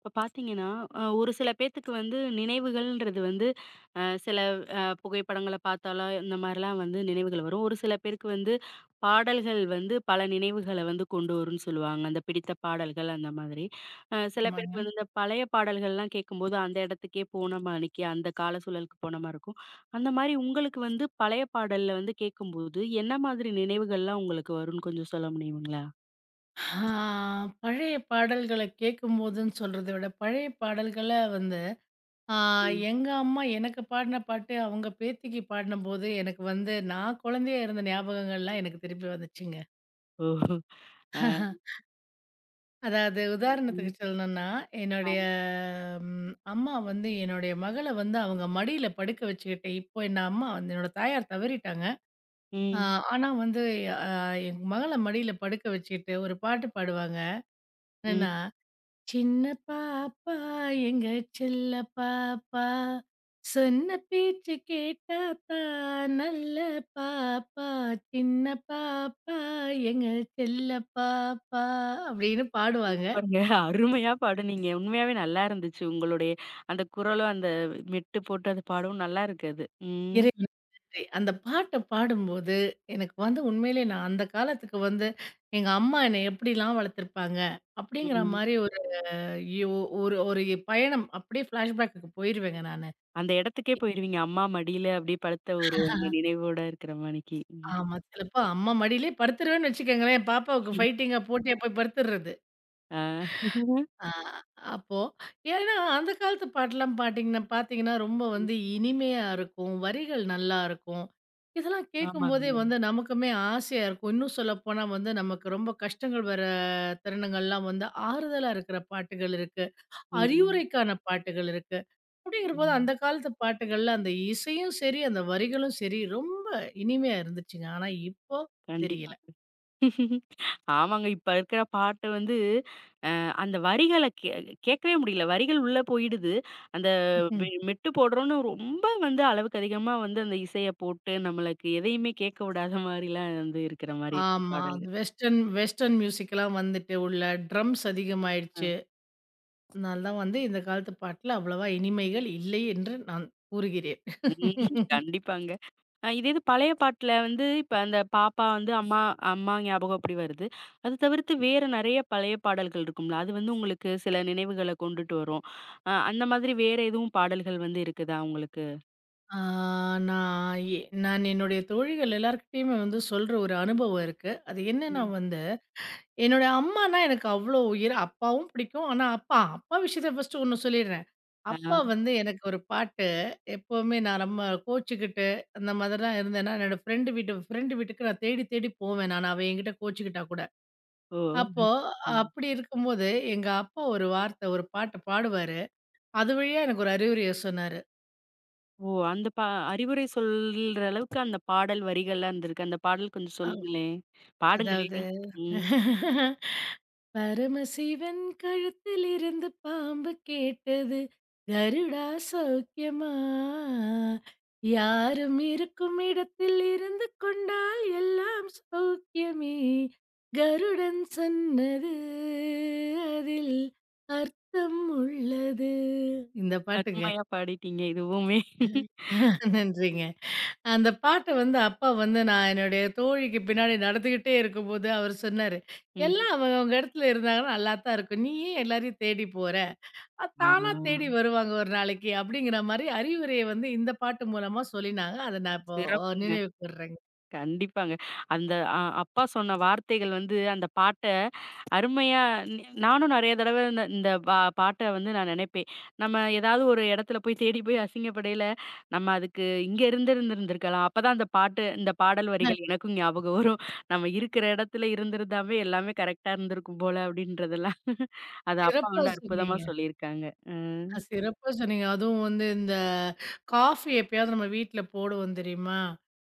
இப்ப பார்த்தீங்கன்னா, ஒரு சில பேத்துக்கு வந்து நினைவுகள்ன்றது வந்து அ சில அ புகைப்படங்கள பார்த்தாலோ, இந்த மாரிலாம் வந்து நினைவுகள் வரும். ஒரு சில பேருக்கு வந்து பாடல்கள் வந்து பல நினைவுகள வந்து கொண்டு வரும்ன்னு சொல்லுவாங்க. அந்த பிடித்த பாடல்கள் அந்த மாதிரி. சில ஆமாங்க. பேருக்கு வந்து இந்த பழைய பாடல்கள்லாம் கேட்கும்போது, அந்த இடத்துக்கே போன மாணிக்கு அந்த கால சூழலுக்கு போன மாரி இருக்கும். அந்த மாரி உங்களுக்கு வந்து பழைய பாடல்ல வந்து கேட்கும்போது, என்ன மாதிரி நினைவுகள்லாம் உங்களுக்கு வரும்ன்னு கொஞ்சம் சொல்ல முடியுங்களா? ஆ பழைய பாடல்கள கேட்கும்போதுன்னு சொல்றத விட, பழைய பாடல்கள வந்து ஆ ம். எங்க அம்மா எனக்கு பாடின பாட்டு, அவங்க பேத்திக்கு பாடுனம்போது, எனக்கு வந்து நான் குழந்தையா இருந்த ஞாபகங்கள்லாம் எனக்கு திருப்பி வந்துச்சுங்க. ஓஹோ! அ. அதாவது உதாரணத்துக்கு ம். சொல்லணும்னா, என்னுடைய அ. அம்மா வந்து என்னுடைய மகள வந்து அவங்க மடியில படுக்க வச்சுக்கிட்டு, இப்போ என்ன அம்மா வந்து என்னோட தாயார் தவறிட்டாங்க. ஆ ம். ஆனா வந்து அ என் மகள மடியில படுக்க வச்சுக்கிட்டு ஒரு பாட்டு பாடுவாங்க. ம். என்னன்னா சின்ன பாப்பா எங்க செல்ல பாப்பா சொன்ன பேச்சு கேட்டாத்தா நல்ல பாப்பா சின்ன பாப்பா எங்க செல்ல பாப்பா அப்படின்னு பாடுவாங்க. சூப்பர்ங்க. அருமையா பாடுனீங்க. உண்மையாவே நல்லா இருந்துச்சு. உங்களுடைய அந்த குரலும், அந்த மெட்டு போட்டு அது பாடவும் நல்லா இருக்கு அது. ம். இறைவனுக்கு நன்றி. அந்த பாட்ட பாடும்போது, எனக்கு வந்து உண்மையிலே நான் அந்த காலத்துக்கு வந்து எங்க அம்மா என்னை எப்படிலாம் வளர்த்துருப்பாங்க, அப்படிங்கிற ம். மாரி ஒரு யோ ஒரு ஒரு பயணம் அப்படியே ஃப்ளாஷ்பேக்குக்கு போயிருவேங்க நானு. அந்த இடத்துக்கே போயிருவீங்க. அம்மா மடியில அப்படியே படுத்த ஒரு அந்த நினைவோட இருக்கிற மாணிக்கு. ம். ஆமா. சிலப்போ அம்மா மடியிலேயே படுத்துருவேன்னு வச்சுக்கங்களேன். பாப்பாவுக்கு ஃபைட்டிங்கா போட்டியா போய் படுத்துடுறது. ஆ. ஆ அப்போ ஏன்னா, அந்த காலத்து பாட்டெல்லாம் பாட்டிங்கன்னா பார்த்தீங்கன்னா, ரொம்ப ம். வந்து இனிமையா இருக்கும். வரிகள் நல்லா இருக்கும். இதெல்லாம் கேட்கும்போதே ஆமாங்க. வந்து நமக்குமே ஆசையா இருக்கும். இன்னும் சொல்லப்போனா வந்து நமக்கு ரொம்ப கஷ்டங்கள் வர தருணங்கள்லாம் வந்து ஆறுதலா இருக்கிற பாட்டுகள் இருக்கு. ம். அறிவுரைக்கான பாட்டுகள் இருக்கு. அப்படிங்கிறபோது ம். அந்த காலத்து பாட்டுகள்ல அந்த இசையும் சரி, அந்த வரிகளும் சரி ரொம்ப இனிமையா இருந்துச்சுங்க. ஆனா இப்போ கண்டிப்பா. தெரியல. ஆமாங்க. இப்ப இருக்கிற பாட்டு வந்து அந்த வரிகள கேட்கவே முடியல. வரிகள் உள்ள போயிடுது. அந்த ம். மெட்டு போடுறோம்னு ரொம்ப வந்து அளவுக்கு அதிகமா வந்து அந்த இசைய போட்டு, நம்மளுக்கு எதையுமே கேட்க விடாத மாரிலாம் வந்து இருக்கிற மாரி இருக்கு ஆமா. அது பாடல்கள். வெஸ்டர்ன் வெஸ்டர்ன் மியூசிக்லாம் வந்துட்டு உள்ள ட்ரம்ஸ் அ. அதிகமாயிடுச்சு. அதனால தான் வந்து இந்த காலத்து பாட்டுல அவ்வளவா இனிமைகள் இல்லை என்று நான் கூறுகிறேன். ம். கண்டிப்பாங்க. இதே இது பழைய பாட்டுல வந்து இப்ப அந்த பாப்பா வந்து அம்மா அம்மா ஞாபகம் அப்படி வருது. அது தவிர்த்து வேற நெறைய பழைய பாடல்கள் இருக்கும்ல. அது வந்து உங்களுக்கு சில நினைவுகள கொண்டுட்டு வரும். அந்த மாதிரி வேற எதுவும் பாடல்கள் வந்து இருக்குதா உங்களுக்கு? ஆ நான் எ நான் என்னுடைய தோழிகள் எல்லார்கிட்டயுமே வந்து சொல்ற ஒரு அனுபவம் இருக்கு. அது என்னன்னா ம். வந்து என்னோட அம்மான்னா எனக்கு அவ்வளோ உயிர். அப்பாவும் பிடிக்கும். ஆனா அப்பா அப்பா விஷயத்த ஃபர்ஸ்ட்டு ஒண்ணு சொல்லிடுறேன். அப்பா ஆ. வந்து எனக்கு ஒரு பாட்டு எப்பவுமே நான் ரொம்ப கோச்சுக்கிட்டு, அந்த மாதிரிலாம் இருந்தேன்னா, என்னோட ஃப்ரெண்டு வீட்டுக்கு நான் தேடி தேடி போவேன் நானு. அவ என்கிட்ட கோச்சுக்கிட்டா கூட. ஓ! அப்போ ம். அப்படி இருக்கும்போது, எங்க அப்பா ஒரு பாட்டு பாடுவாரு. அது வழியா எனக்கு ஒரு அறிவுரைய சொன்னாரு. ஓ! அந்த அறிவுரை சொல்ற அளவுக்கு அந்த பாடல் வரிகள்லாம் இருந்திருக்கு. அந்த பாடல் கொஞ்சம் அ சொல்லுங்களேன்? அதாவது பாடுங்களேன். ம். பரமசிவன் கழுத்திலிருந்து பாம்பு கேட்டது கருடா சௌக்கியமா யாரும் இருக்கும் இடத்தில் இருந்து கொண்டால் எல்லாம் சௌக்கியமே கருடன் சொன்னது அதில் அர்த்தம் உள்ளது இந்த பாட்டுங்க. அருமையா பாடிட்டீங்க இதுவுமே. நன்றிங்க. அந்த பாட்ட வந்து அப்பா வந்து நான் என்னுடைய தோழிக்கு பின்னாடி நடந்துக்கிட்டே இருக்கும்போது அவர் சொன்னாரு, ம். "எல்லாம் அவங்க அவங்க இடத்துல இருந்தாங்கன்னா நல்லாத்தான் இருக்கும். நீ ஏன் எல்லாரையும் தேடி போற? தானா தேடி ஆ. வருவாங்க ஒரு நாளைக்கு." அப்படிங்கிற மாரி அறிவுரைய வந்து இந்த பாட்டு மூலமா சொல்லினாங்க. அத நான் இப்போ சிறப்புங்க. நினைவு கூர்றேங்க. கண்டிப்பாங்க. அந்த அப்பா சொன்ன வார்த்தைகள் வந்து அந்த பாட்ட அருமையா நி நானும் நெறைய தடவ இந்த இந்த பாட்ட வந்து நான் நெனைப்பேன். நம்ம ஏதாவது ஒரு இடத்துல போய் தேடி போய் அசிங்கப்படையில, நம்ம அதுக்கு இங்க இருந்திருந்திருந்திருக்கலாம். அப்பதான் அந்த பாட்டு இந்த பாடல் வரிகள் எனக்கும் ஞாபகம் வரும். நம்ம இருக்கிற இடத்துல இருந்திருந்தாவே எல்லாமே கரெக்ட்டா இருந்திருக்கும் போல அப்டின்றதெல்லாம். அது அப்பா சிறப்பா வந்து அற்புதமா சொன்னீங்க. சொல்லியிருக்காங்க. அ சிறப்பா சொன்னீங்க. அதுவும் வந்து இந்த காஃபி எப்பயாவது நம்ம வீட்ல போடுவோம் தெரியுமா?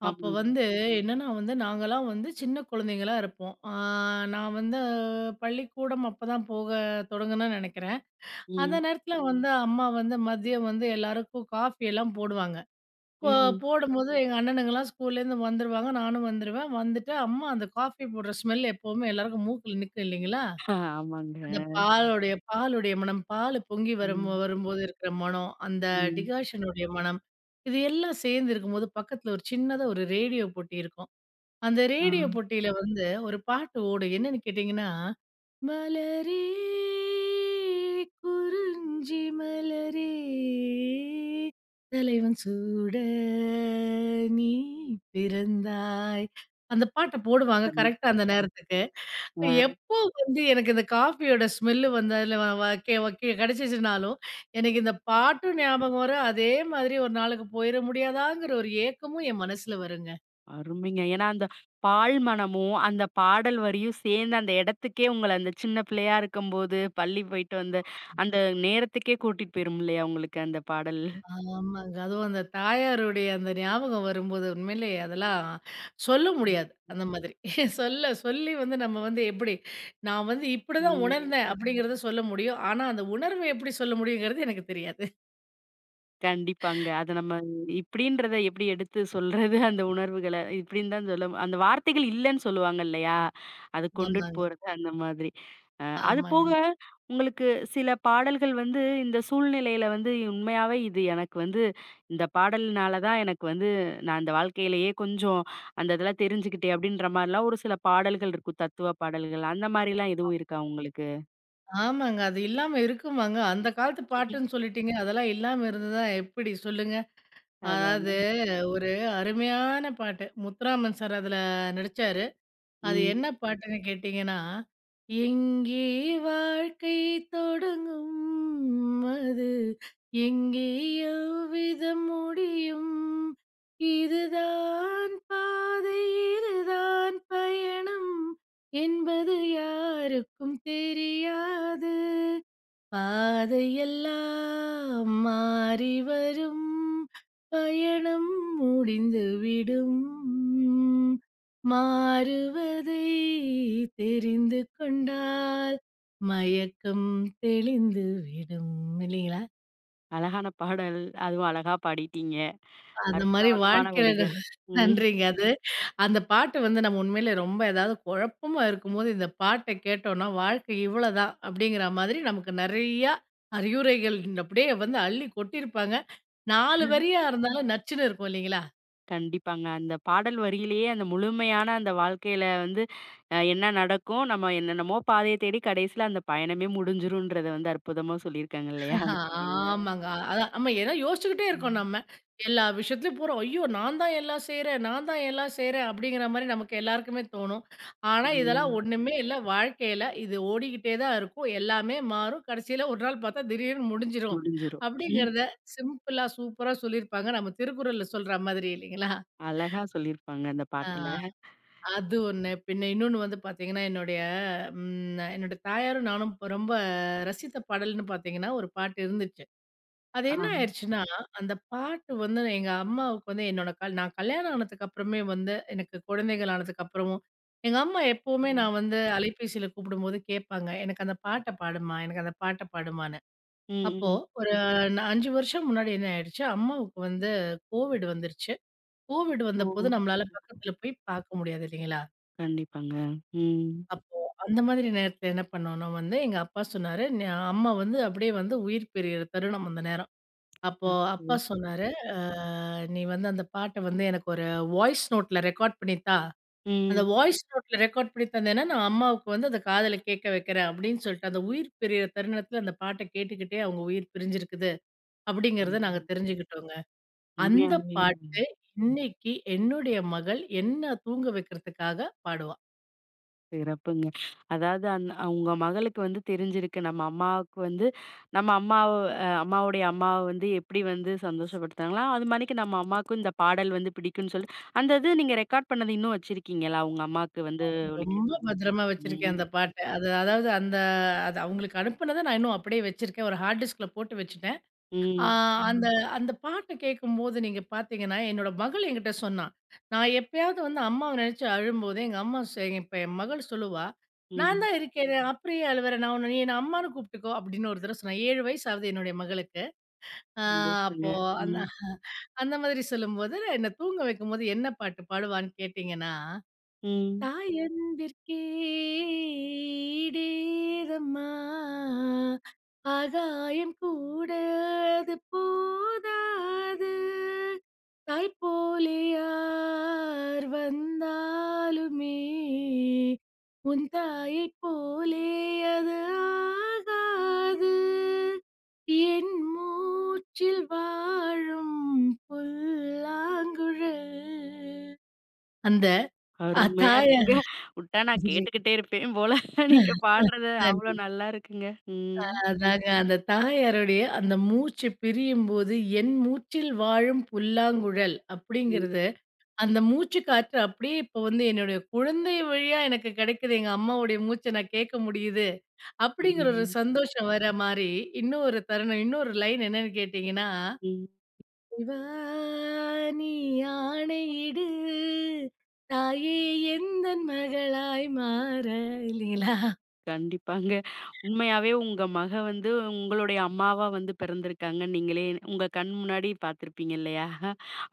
அப்ப ஆமாங்க. வந்து என்னன்னா வந்து நாங்கலாம் வந்து சின்ன குழந்தைங்களா இருப்போம். நான் வந்து பள்ளிக்கூடம் அப்பதான் போக தொடங்குனேன்னு நெனைக்கிறேன். அந்த ம். நேரத்துல வந்து அம்மா வந்து மதியம் வந்து எல்லாருக்கும் காஃபி எல்லாம் போடுவாங்க. போ ம். போடும்போது எங்க அண்ணனுங்கலாம் ஸ்கூல்லேருந்து வந்துருவாங்க. நானும் வந்துருவேன். வந்துட்டு அம்மா அந்த காஃபி போடுற ஸ்மெல் எப்பவுமே எல்லாருக்கும் மூக்குல நிக்கும் இல்லைங்களா? ஆமாங்க. அந்த பாலுடைய மனம், பாலு பொங்கி ம். வரும்போது இருக்கிற மனம், அந்த ம். டிகாஷனுடைய மனம், இது எல்லாம் சேர்ந்து இருக்கும்போது பக்கத்துல ஒரு சின்னதா ஒரு ரேடியோ போட்டி இருக்கும். அந்த ஆ. ரேடியோ போட்டியில வந்து ஒரு பாட்டு ஓடும். என்னன்னு கேட்டீங்கன்னா, மலரே குறிஞ்சி மலரே தலைவன் சூட நீ பிறந்தாய். அந்த பாட்ட போடுவாங்க கண்டிப்பா. கரெக்ட்டா அந்த நேரத்துக்கு. எப்போ வந்து எனக்கு இந்த காஃபியோட ஸ்மெல்லு வந்து அதில வ வ கெ வ கெ கிடைச்சிச்சுனாலும், எனக்கு இந்த பாட்டும் ஞாபகம் வரும். அதே மாதிரி ஒரு நாளுக்கு போயிற முடியாதாங்கிற ஒரு ஏக்கமும் என் மனசுல வருங்க. அருமைங்க. ஏன்னா, அந்த பால் மணமும், அந்த பாடல் வரியும் சேர்ந்து அந்த இடத்துக்கே உங்கள அந்த சின்ன பிள்ளையா இருக்கும்போது, பள்ளி போயிட்டு வந்த அந்த நேரத்துக்கே கூட்டிட்டு போயிரும் இல்லையா உங்களுக்கு அந்த பாடல்? ஆமாங்க. அதுவும் அந்த தாயாருடைய அந்த ஞாபகம் வரும்போது உண்மையிலே அதெல்லாம் சொல்ல முடியாது. அந்த மாதிரி. சொல்ல சொல்லி வந்து நம்ம வந்து எப்படி, நான் வந்து இப்படிதான் ம். உணர்ந்தேன் அப்படிங்கிறத சொல்ல முடியும். ஆனா அந்த உணர்வ எப்படி சொல்ல முடியுங்கிறது எனக்கு தெரியாது. கண்டிப்பாங்க. அத நம்ம இப்டின்றத எப்டி எடுத்து சொல்றது? அந்த உணர்வுகள இப்டின்னு தான் சொல்ல அந்த வார்த்தைகள் இல்லன்னு சொல்லுவாங்க இல்லையா? அது கொண்டுட்டு ஆமாங்க. போறது அந்த மாதிரி. அ அது ஆமாங்க. போக உங்களுக்கு சில பாடல்கள் வந்து இந்த சூழ்நிலையில வந்து உண்மையாவே இது எனக்கு வந்து இந்த பாடல்னால தான் எனக்கு வந்து நான் இந்த வாழ்க்கையிலேயே கொஞ்சம் அந்த இதெல்லாம் தெரிஞ்சுக்கிட்டேன் அப்டின்ற மாரிலாம் ஒரு சில பாடல்கள் இருக்கும். தத்துவ பாடல்கள் அந்த மாரிலாம் எதுவும் இருக்கா உங்களுக்கு? ஆமாங்க. அது இல்லாம இருக்குமாங்க? அந்த காலத்து ம்ஹ்ம். பாட்டுன்னு சொல்லிட்டீங்க. அதெல்லாம் இல்லாம இருந்ததா எப்படி சொல்லுங்க? அதாவது அதானே. ஒரு அருமையான பாட்டு. முத்துராமன் சார் அதுல நடிச்சாரு. அது ம். என்ன பாட்டுன்னு கேட்டீங்கன்னா, எங்கே வாழ்க்கை தொடங்கும்? அது எங்கே எவ்விதம் முடியும்? இதுதான் பாதை, இதுதான் பயணம் என்பது யாருக்கும் தெரியாது. பாதையெல்லாம் மாறி வரும் பயணம் முடிந்துவிடும் மாறுவதை தெரிந்து கொண்டால் மயக்கம் தெளிந்து விடும் இல்லைங்களா அழகான பாடல். அதுவும் அழகா பாடிட்டீங்க. அந்த மாதிரி அற்புதமான வாழ்க்கையில. வரிகள். ம். நன்றிங்க. அந்த பாட்டு வந்து நம்ம உண்மையிலே ரொம்ப ஏதாவது குழப்பமா இருக்கும்போது, இந்த பாட்ட கேட்டோம்னா, வாழ்க்கை இவ்வளோதான் அப்படிங்கிற மாதிரி நமக்கு நெறையா அறிவுரைகள் அப்படியே வந்து அள்ளி கொட்டியிருப்பாங்க. 4 வரியா இருந்தாலும் நச்சுன்னு இருக்கும் இல்லைங்களா? கண்டிப்பாங்க. அந்த பாடல் வரியிலேயே அந்த முழுமையான அந்த வாழ்க்கையில வந்து என்ன நடக்கும், நம்ம என்னென்னமோ பாதைய தேடி கடைசியில அந்த பயணமே முடிஞ்சிரும்ன்றத வந்து அற்புதமா சொல்லியிருக்காங்க இல்லையா? ஆஹா, அந்த பாடல்ல. ஆமாங்க. அதான் நம்ம ஏன்னா யோசிச்சுக்கிட்டே இருக்கோம் நம்ம. எல்லா விஷயத்துலயும் போறோம். ஐயோ! நான் தான் எல்லாம் செய்றேன், நான் தான் எல்லாம் செய்றேன் அப்படிங்கிற மாரி நமக்கு எல்லாருக்குமே தோணும். ஆனா இதெல்லாம் ம். ஒண்ணுமே இல்ல வாழ்க்கையில. இது ஓடிக்கிட்டே தான் இருக்கும். எல்லாமே மாறும். கடைசியில ஒரு நாள் பார்த்தா திடீர்னு முடிஞ்சிரும். முடிஞ்சிரும். ம், அப்படிங்கிறத சிம்பிளா சூப்பரா சொல்லியிருப்பாங்க. நம்ம திருக்குறள்ல சொல்ற மாதிரி இல்லைங்களா? அழகா சொல்லியிருப்பாங்க அந்த பாட்டுல. ஆ அது ஒண்ணு. பின்ன இன்னொன்னு வந்து பார்த்தீங்கன்னா, என்னுடைய என்னோட தாயாரும் நானும் ரொம்ப ரசித்த பாடல்ன்னு பார்த்தீங்கன்னா, ஒரு பாட்டு இருந்துச்சு. அது ஆ. என்ன ஆயிடுச்சுன்னா, அந்த பாட்டு வந்து எங்க அம்மாவுக்கு வந்து என்னோட நான் கல்யாணம் ஆனதுக்கு அப்புறமே வந்து எனக்கு குழந்தைகள் ஆனதுக்கு அப்புறமும், எங்க அம்மா எப்பவுமே ம். நான் வந்து அலைபேசியில கூப்பிடும்போது கேட்பாங்க. "எனக்கு அந்த பாட்ட பாடுமா, எனக்கு அந்த பாட்ட பாடுமான்னு." ம், அப்போ ம். ஒரு 5 வருஷம் முன்னாடி என்ன ஆயிடுச்சு, அம்மாவுக்கு வந்து கோவிட் வந்துருச்சு. கோவிட் ஓ! வந்தபோது நம்மளால அச்சச்சோ! பக்கத்துல போய் பார்க்க முடியாது இல்லைங்களா? கண்டிப்பாங்க. ம். அப்போ அந்த மாதிரி நேரத்துல என்ன பண்ணோம்னா வந்து, எங்க அப்பா சொன்னாரு, " அம்மா வந்து அப்படியே வந்து உயிர் பிரியிற தருணம் அந்த நேரம்." அப்போ அப்பா அச்சோ! ம். சொன்னாரு, "அ நீ வந்து அந்த பாட்ட வந்து எனக்கு ஒரு வாய்ஸ் நோட்ல ரெக்கார்ட் பண்ணி தா. அந்த வாய்ஸ் நோட்ல ரெக்கார்ட் பண்ணி தந்தேன்னா, நான் அம்மாவுக்கு வந்து அத காதுல கேட்க வைக்கிறேன்." அப்படின்னு சொல்லிட்டு, அந்த உயிர் பிரியிற தருணத்துல அந்த பாட்ட கேட்டுக்கிட்டே அவங்க உயிர் பிரிஞ்சிருக்குது அப்படிங்கிறத நாங்க ம். தெரிஞ்சுக்கிட்டோங்க. அந்த உண்மையாவே பாட்டு இன்னைக்கு என்னுடைய மகள் என்ன தூங்க வைக்கிறதுக்காக பாடுவா. சிறப்புங்க. அதாவது உங்க மகளுக்கு வந்து தெரிஞ்சிருக்கு. நம்ம அம்மாவுக்கு வந்து நம்ம அம்மாவ அம்மாவுடைய அம்மாவ வந்து எப்படி வந்து சந்தோஷப்படுத்துனாங்களோ, அது மாணிக்கு நம்ம அம்மாவுக்கும் இந்த பாடல் வந்து பிடிக்கும்ன்னு சொல்லி அந்த இது நீங்க ரெக்கார்ட் பண்ணது இன்னும் வச்சிருக்கீங்களா? உங்க அம்மாவுக்கு வந்து ஒலிக்க ரொம்ப வச்சிருந்தது? பத்திரமா வச்சிருக்கேன் ம். அந்த பாட்ட. அது அதாவது அந்த அது அவங்களுக்கு அனுப்புனத நான் இன்னும் அப்படியே வச்சிருக்கேன். ஒரு ஹார்ட் டிஸ்க்ல போட்டு வச்சுட்டேன். ஆ ம். அந்த ம். அந்த பாட்ட கேட்கும்போது நீங்க பார்த்தீங்கன்னா, என்னோட மகள் என்கிட்ட சொன்னா. நான் எப்பயாவது வந்து அம்மாவ நினைச்சு அழும்போது, எங்க அம்மா சொ இப்ப என் மகள் சொல்லுவா, "நான் ம். தான் இருக்கேனே, அப்புறம் ஏன் அழுவுற? நான் உன்ன நீ என்ன அம்மான்னு கூப்பிட்டுக்கோ" அப்படின்னு ஒரு தடவ சொன்னா. 7 வயசு ஆகுது என்னுடைய மகளுக்கு. ஆ சந்தோஷங்க. அப்போ அந்த ம். அந்த மாதிரி சொல்லும்போது, என்ன தூங்க வைக்கும்போது என்ன பாட்டு பாடுவான்னு கேட்டீங்கன்னா ம். தாயன்பிற்கே ஈடேதம்மா ஆகாயம் கூட அது போதாது தாய் போலே யார் வந்தாலுமே உன் தாயைப் போலே அது ஆகாது என் மூச்சில் வாழும் புல்லாங்குழல் அந்த அருமையா அத்தாய இருக்குங்க. உட்டா நான் கேட்டுக்கிட்டே இருப்பேன் போல. நீங்க பாடுறது அவ்வளோ நன்றி. நல்லா இருக்குங்க. ம். அதாங்க அந்த தாயாருடைய அந்த மூச்சு பிரியும்போது, "என் மூச்சில் வாழும் புல்லாங்குழல்" ம். அப்படிங்கிறது, அந்த மூச்சு காற்று அப்படியே இப்போ வந்து என்னுடைய குழந்தை வழியா எனக்கு கிடைக்குது. எங்க அம்மாவுடைய மூச்ச நான் கேட்க முடியுது. அப்படிங்கிற ஒரு ம். சந்தோஷம் வர மாரி, இன்னொரு தருணம், இன்னொரு லைன் என்னன்னு கேட்டீங்கன்னா, ம். "சிவா நீ ஆணையிடு, தாயே எந்தன் மகளாய் மாற" இல்லீங்களா? கண்டிப்பாங்க. உண்மையாவே உங்க மக வந்து உங்களுடைய அம்மாவா வந்து பிறந்திருக்காங்கன்னு நீங்களே உங்க கண் முன்னாடி பார்த்துருப்பீங்க இல்லையா?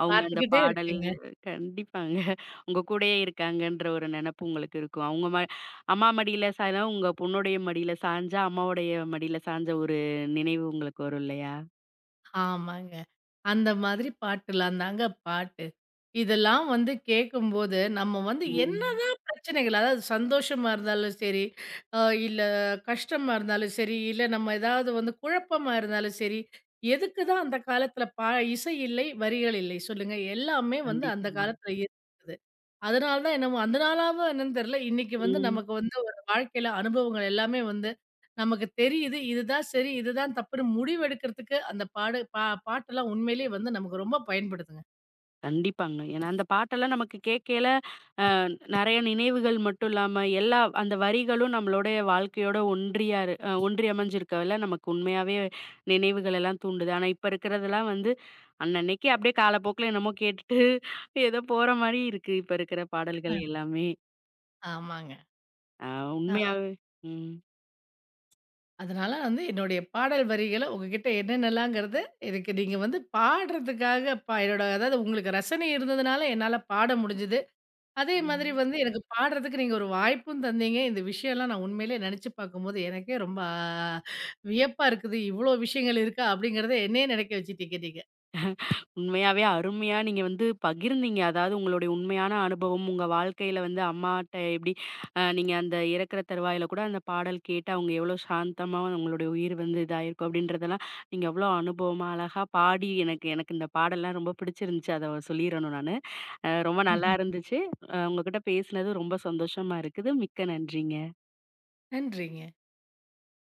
அவங்க அந்த பாத்துக்கிட்டே பாடல் இருக்கேங்க. கண்டிப்பாங்க. உங்க கூடயே இருக்காங்கன்ற ஒரு நெனப்பு உங்களுக்கு இருக்கும். அவங்க அம்மா மடியில சாய்னா, உங்க பொண்ணுடைய மடியில சாஞ்சா, அம்மாவுடைய மடியில சாஞ்ச ஒரு நினைவு உங்களுக்கு வரும் இல்லையா? ஆமாங்க. அந்த மாதிரி பாட்டுலாம் தாங்க பாட்டு. இதெல்லாம் வந்து கேட்கும்போது, நம்ம வந்து ம். என்னதான் பிரச்சனைகள், அதாவது சந்தோஷமா இருந்தாலும் சரி, அ இல்ல கஷ்டமா இருந்தாலும் சரி, இல்ல நம்ம ஏதாவது வந்து குழப்பமா இருந்தாலும் சரி, எதுக்கு தான் அந்த காலத்தில இசை இல்லை, வரிகள் இல்லை சொல்லுங்க? எல்லாமே வந்து அந்த கண்டிப்பாங்க. காலத்தில இருக்குது. அதனால தான் என்னமோ அந்த நாளாவோ என்னன்னு தெரியல. இன்னைக்கு வந்து ம். நமக்கு வந்து ஒரு வாழ்க்கையில அனுபவங்கள் எல்லாமே வந்து நமக்கு தெரியுது. இதுதான் சரி, இதுதான் தப்புன்னு முடிவு எடுக்கிறதுக்கு அந்த பாடு பா பாட்டெல்லாம் உண்மையிலேயே வந்து நமக்கு ரொம்ப பயன்படுதுங்க. கண்டிப்பாங்க. ஏன்னா அந்த பாட்டெல்லாம் நமக்கு கேட்கையில, அ நெறைய நினைவுகள் மட்டும் இல்லாம, எல்லா அந்த வரிகளும் நம்மளுடைய வாழ்க்கையோட ஒன்றியா இரு அ ஒன்றி அமைஞ்சிருக்கல நமக்கு உண்மையாவே நினைவுகள் எல்லாம் தூண்டுது. ஆனா இப்ப இருக்கிறதெல்லாம் வந்து அன்னன்னைக்கு அப்படியே காலப்போக்குல என்னமோ கேட்டுட்டு ஏதோ போற மாரி இருக்கு. இப்ப இருக்கிற பாடல்கள் எல்லாமே. ஆமாங்க. அ அ உண்மையாவே அதனால வந்து என்னுடைய பாடல் வரிகள உங்ககிட்ட என்னென்னலாங்கிறது எனக்கு நீங்க வந்து பாடுறதுக்காக என்னோட அதாவது உங்களுக்கு ரசனை இருந்ததுனால என்னால பாட முடிஞ்சது. அதே மாதிரி ம். வந்து எனக்கு பாடுறதுக்கு நீங்க ஒரு வாய்ப்பும் தந்தீங்க. இந்த விஷயம்லாம் நான் உண்மையிலேயே நெனச்சு பார்க்கும்போது, எனக்கே ரொம்ப வியப்பா இருக்குது. இவ்ளோ விஷயங்கள் இருக்கா? அப்படிங்கிறத என்னையே நெனைக்க வச்சுட்டீங்க நீங்க. உண்மையாவே அருமையா நீங்க வந்து பகிர்ந்தீங்க. அதாவது உங்களுடைய உண்மையான அனுபவம், உங்க வாழ்க்கையில வந்து அம்மாட்ட எப்படி நீங்க அந்த இறக்குற தருவாயில கூட அந்த பாடல் கேட்டு அவங்க எவ்வளோ சாந்தமா உங்களுடைய உயிர் வந்து இதாயிருக்கும் அப்படின்றதெல்லாம் நீங்க எவ்வளோ அனுபவமா அழகா பாடி எனக்கு எனக்கு இந்த பாடல்லாம் ரொம்ப பிடிச்சிருந்துச்சு. அத சொல்லிறணும் நானு. ரொம்ப நல்லா இருந்துச்சு. உங்ககிட்ட பேசினது ரொம்ப சந்தோஷமா இருக்குது. மிக்க நன்றிங்க. நன்றிங்க.